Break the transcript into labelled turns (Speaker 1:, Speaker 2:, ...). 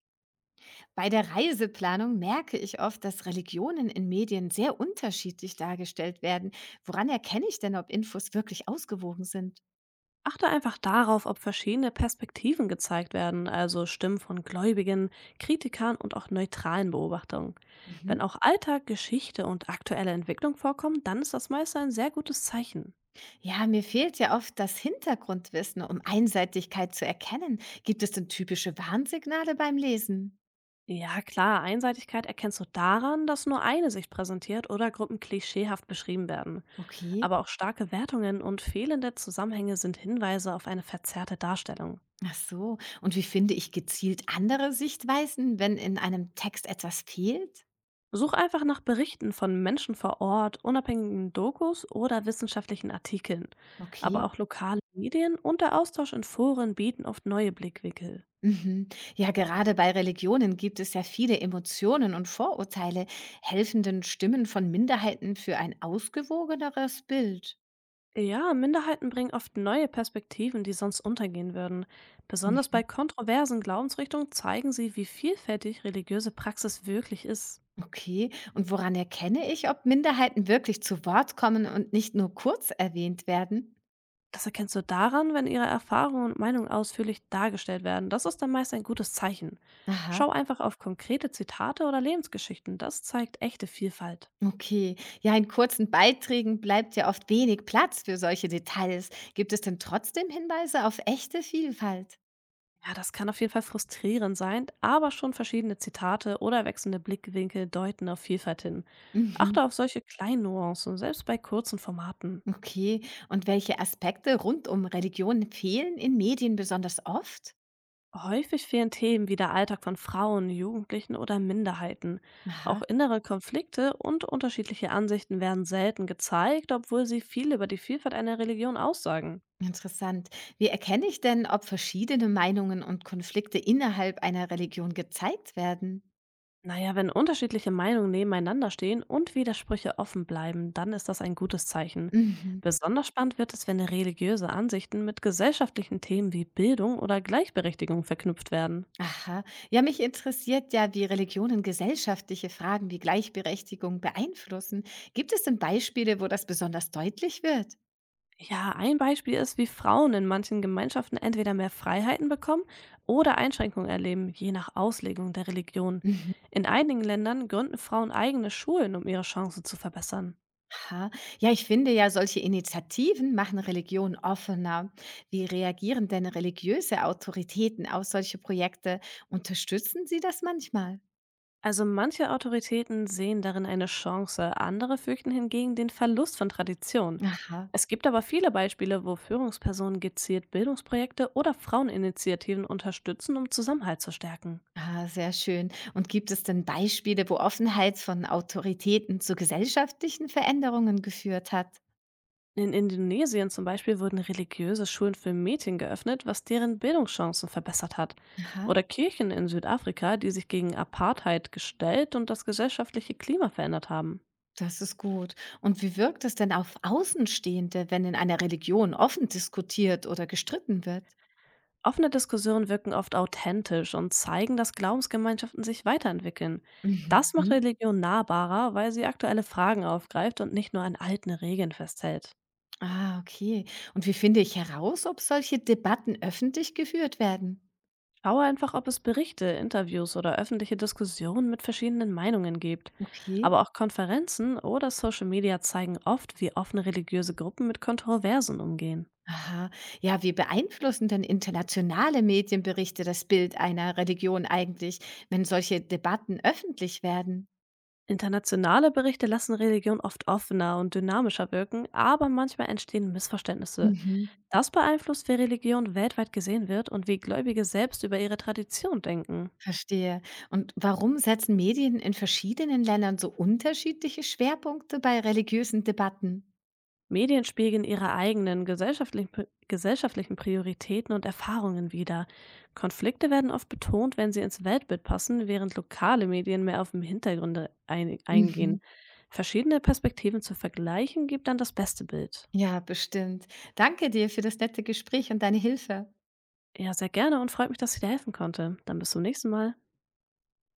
Speaker 1: Bei der Reiseplanung merke ich oft, dass Religionen in Medien sehr unterschiedlich dargestellt werden. Woran erkenne ich denn, ob Infos wirklich ausgewogen sind?
Speaker 2: Achte einfach darauf, ob verschiedene Perspektiven gezeigt werden, also Stimmen von Gläubigen, Kritikern und auch neutralen Beobachtungen. Wenn
Speaker 1: Mhm.
Speaker 2: auch Alltag, Geschichte und aktuelle Entwicklung vorkommen, dann ist das meist ein sehr gutes Zeichen.
Speaker 1: Ja, mir fehlt ja oft das Hintergrundwissen, um Einseitigkeit zu erkennen. Gibt es denn typische Warnsignale beim Lesen?
Speaker 2: Ja klar, Einseitigkeit erkennst du daran, dass nur eine Sicht präsentiert oder Gruppen klischeehaft beschrieben werden.
Speaker 1: Okay.
Speaker 2: Aber auch starke Wertungen und fehlende Zusammenhänge sind Hinweise auf eine verzerrte Darstellung.
Speaker 1: Ach so. Und wie finde ich gezielt andere Sichtweisen, wenn in einem Text etwas fehlt?
Speaker 2: Such einfach nach Berichten von Menschen vor Ort, unabhängigen Dokus oder wissenschaftlichen Artikeln. Aber
Speaker 1: Okay.
Speaker 2: auch lokale Medien und der Austausch in Foren bieten oft neue Blickwinkel.
Speaker 1: Mhm. Ja, gerade bei Religionen gibt es ja viele Emotionen und Vorurteile, helfenden Stimmen von Minderheiten für ein ausgewogeneres Bild.
Speaker 2: Ja, Minderheiten bringen oft neue Perspektiven, die sonst untergehen würden. Besonders
Speaker 1: Mhm.
Speaker 2: bei kontroversen Glaubensrichtungen zeigen sie, wie vielfältig religiöse Praxis wirklich ist.
Speaker 1: Okay, und woran erkenne ich, ob Minderheiten wirklich zu Wort kommen und nicht nur kurz erwähnt werden?
Speaker 2: Das erkennst du daran, wenn ihre Erfahrungen und Meinungen ausführlich dargestellt werden. Das ist dann meist ein gutes Zeichen. Schau
Speaker 1: Aha,
Speaker 2: einfach auf konkrete Zitate oder Lebensgeschichten. Das zeigt echte Vielfalt.
Speaker 1: okay. Ja, in kurzen Beiträgen bleibt ja oft wenig Platz für solche Details. Gibt es denn trotzdem Hinweise auf echte Vielfalt?
Speaker 2: Ja, das kann auf jeden Fall frustrierend sein, aber schon verschiedene Zitate oder wechselnde Blickwinkel deuten auf Vielfalt hin.
Speaker 1: Mhm.
Speaker 2: Achte auf solche kleinen Nuancen, selbst bei kurzen Formaten.
Speaker 1: Okay, und welche Aspekte rund um Religion fehlen in Medien besonders oft?
Speaker 2: Häufig fehlen Themen wie der Alltag von Frauen, Jugendlichen oder Minderheiten. Auch
Speaker 1: Aha,
Speaker 2: innere Konflikte und unterschiedliche Ansichten werden selten gezeigt, obwohl sie viel über die Vielfalt einer Religion aussagen.
Speaker 1: interessant. Wie erkenne ich denn, ob verschiedene Meinungen und Konflikte innerhalb einer Religion gezeigt werden?
Speaker 2: Naja, wenn unterschiedliche Meinungen nebeneinander stehen und Widersprüche offen bleiben, dann ist das ein gutes Zeichen.
Speaker 1: Mhm.
Speaker 2: Besonders spannend wird es, wenn religiöse Ansichten mit gesellschaftlichen Themen wie Bildung oder Gleichberechtigung verknüpft werden.
Speaker 1: Aha, ja, mich interessiert ja, wie Religionen gesellschaftliche Fragen wie Gleichberechtigung beeinflussen. Gibt es denn Beispiele, wo das besonders deutlich wird?
Speaker 2: Ja, ein Beispiel ist, wie Frauen in manchen Gemeinschaften entweder mehr Freiheiten bekommen oder Einschränkungen erleben, je nach Auslegung der Religion. In einigen Ländern gründen Frauen eigene Schulen, um ihre Chancen zu verbessern.
Speaker 1: Aha. Ja, ich finde ja, solche Initiativen machen Religion offener. Wie reagieren denn religiöse Autoritäten auf solche Projekte? Unterstützen sie das manchmal?
Speaker 2: Also manche Autoritäten sehen darin eine Chance, andere fürchten hingegen den Verlust von Tradition.
Speaker 1: Aha.
Speaker 2: Es gibt aber viele Beispiele, wo Führungspersonen gezielt Bildungsprojekte oder Fraueninitiativen unterstützen, um Zusammenhalt zu stärken.
Speaker 1: Ah, sehr schön. Und gibt es denn Beispiele, wo Offenheit von Autoritäten zu gesellschaftlichen Veränderungen geführt hat?
Speaker 2: In Indonesien zum Beispiel wurden religiöse Schulen für Mädchen geöffnet, was deren Bildungschancen verbessert hat.
Speaker 1: Aha,
Speaker 2: Oder Kirchen in Südafrika, die sich gegen Apartheid gestellt und das gesellschaftliche Klima verändert haben.
Speaker 1: das ist gut. Und wie wirkt es denn auf Außenstehende, wenn in einer Religion offen diskutiert oder gestritten wird?
Speaker 2: Offene Diskussionen wirken oft authentisch und zeigen, dass Glaubensgemeinschaften sich weiterentwickeln. Das macht
Speaker 1: Mhm.
Speaker 2: Religion nahbarer, weil sie aktuelle Fragen aufgreift und nicht nur an alten Regeln festhält.
Speaker 1: Ah, okay. Und wie finde ich heraus, ob solche Debatten öffentlich geführt werden?
Speaker 2: Schau einfach, ob es Berichte, Interviews oder öffentliche Diskussionen mit verschiedenen Meinungen gibt.
Speaker 1: Okay.
Speaker 2: Aber auch Konferenzen oder Social Media zeigen oft, wie offen religiöse Gruppen mit Kontroversen umgehen.
Speaker 1: Aha. Ja, wie beeinflussen denn internationale Medienberichte das Bild einer Religion eigentlich, wenn solche Debatten öffentlich werden?
Speaker 2: Internationale Berichte lassen Religion oft offener und dynamischer wirken, aber manchmal entstehen Missverständnisse.
Speaker 1: Mhm.
Speaker 2: Das beeinflusst, wie Religion weltweit gesehen wird und wie Gläubige selbst über ihre Tradition denken.
Speaker 1: Verstehe. Und warum setzen Medien in verschiedenen Ländern so unterschiedliche Schwerpunkte bei religiösen Debatten?
Speaker 2: Medien spiegeln ihre eigenen gesellschaftlichen Prioritäten und Erfahrungen wider. Konflikte werden oft betont, wenn sie ins Weltbild passen, während lokale Medien mehr auf den eingehen.
Speaker 1: Mhm.
Speaker 2: Verschiedene Perspektiven zu vergleichen gibt dann das beste Bild.
Speaker 1: Ja, bestimmt. Danke dir für das nette Gespräch und deine Hilfe.
Speaker 2: Ja, sehr gerne und freut mich, dass ich dir helfen konnte. Dann bis zum nächsten Mal.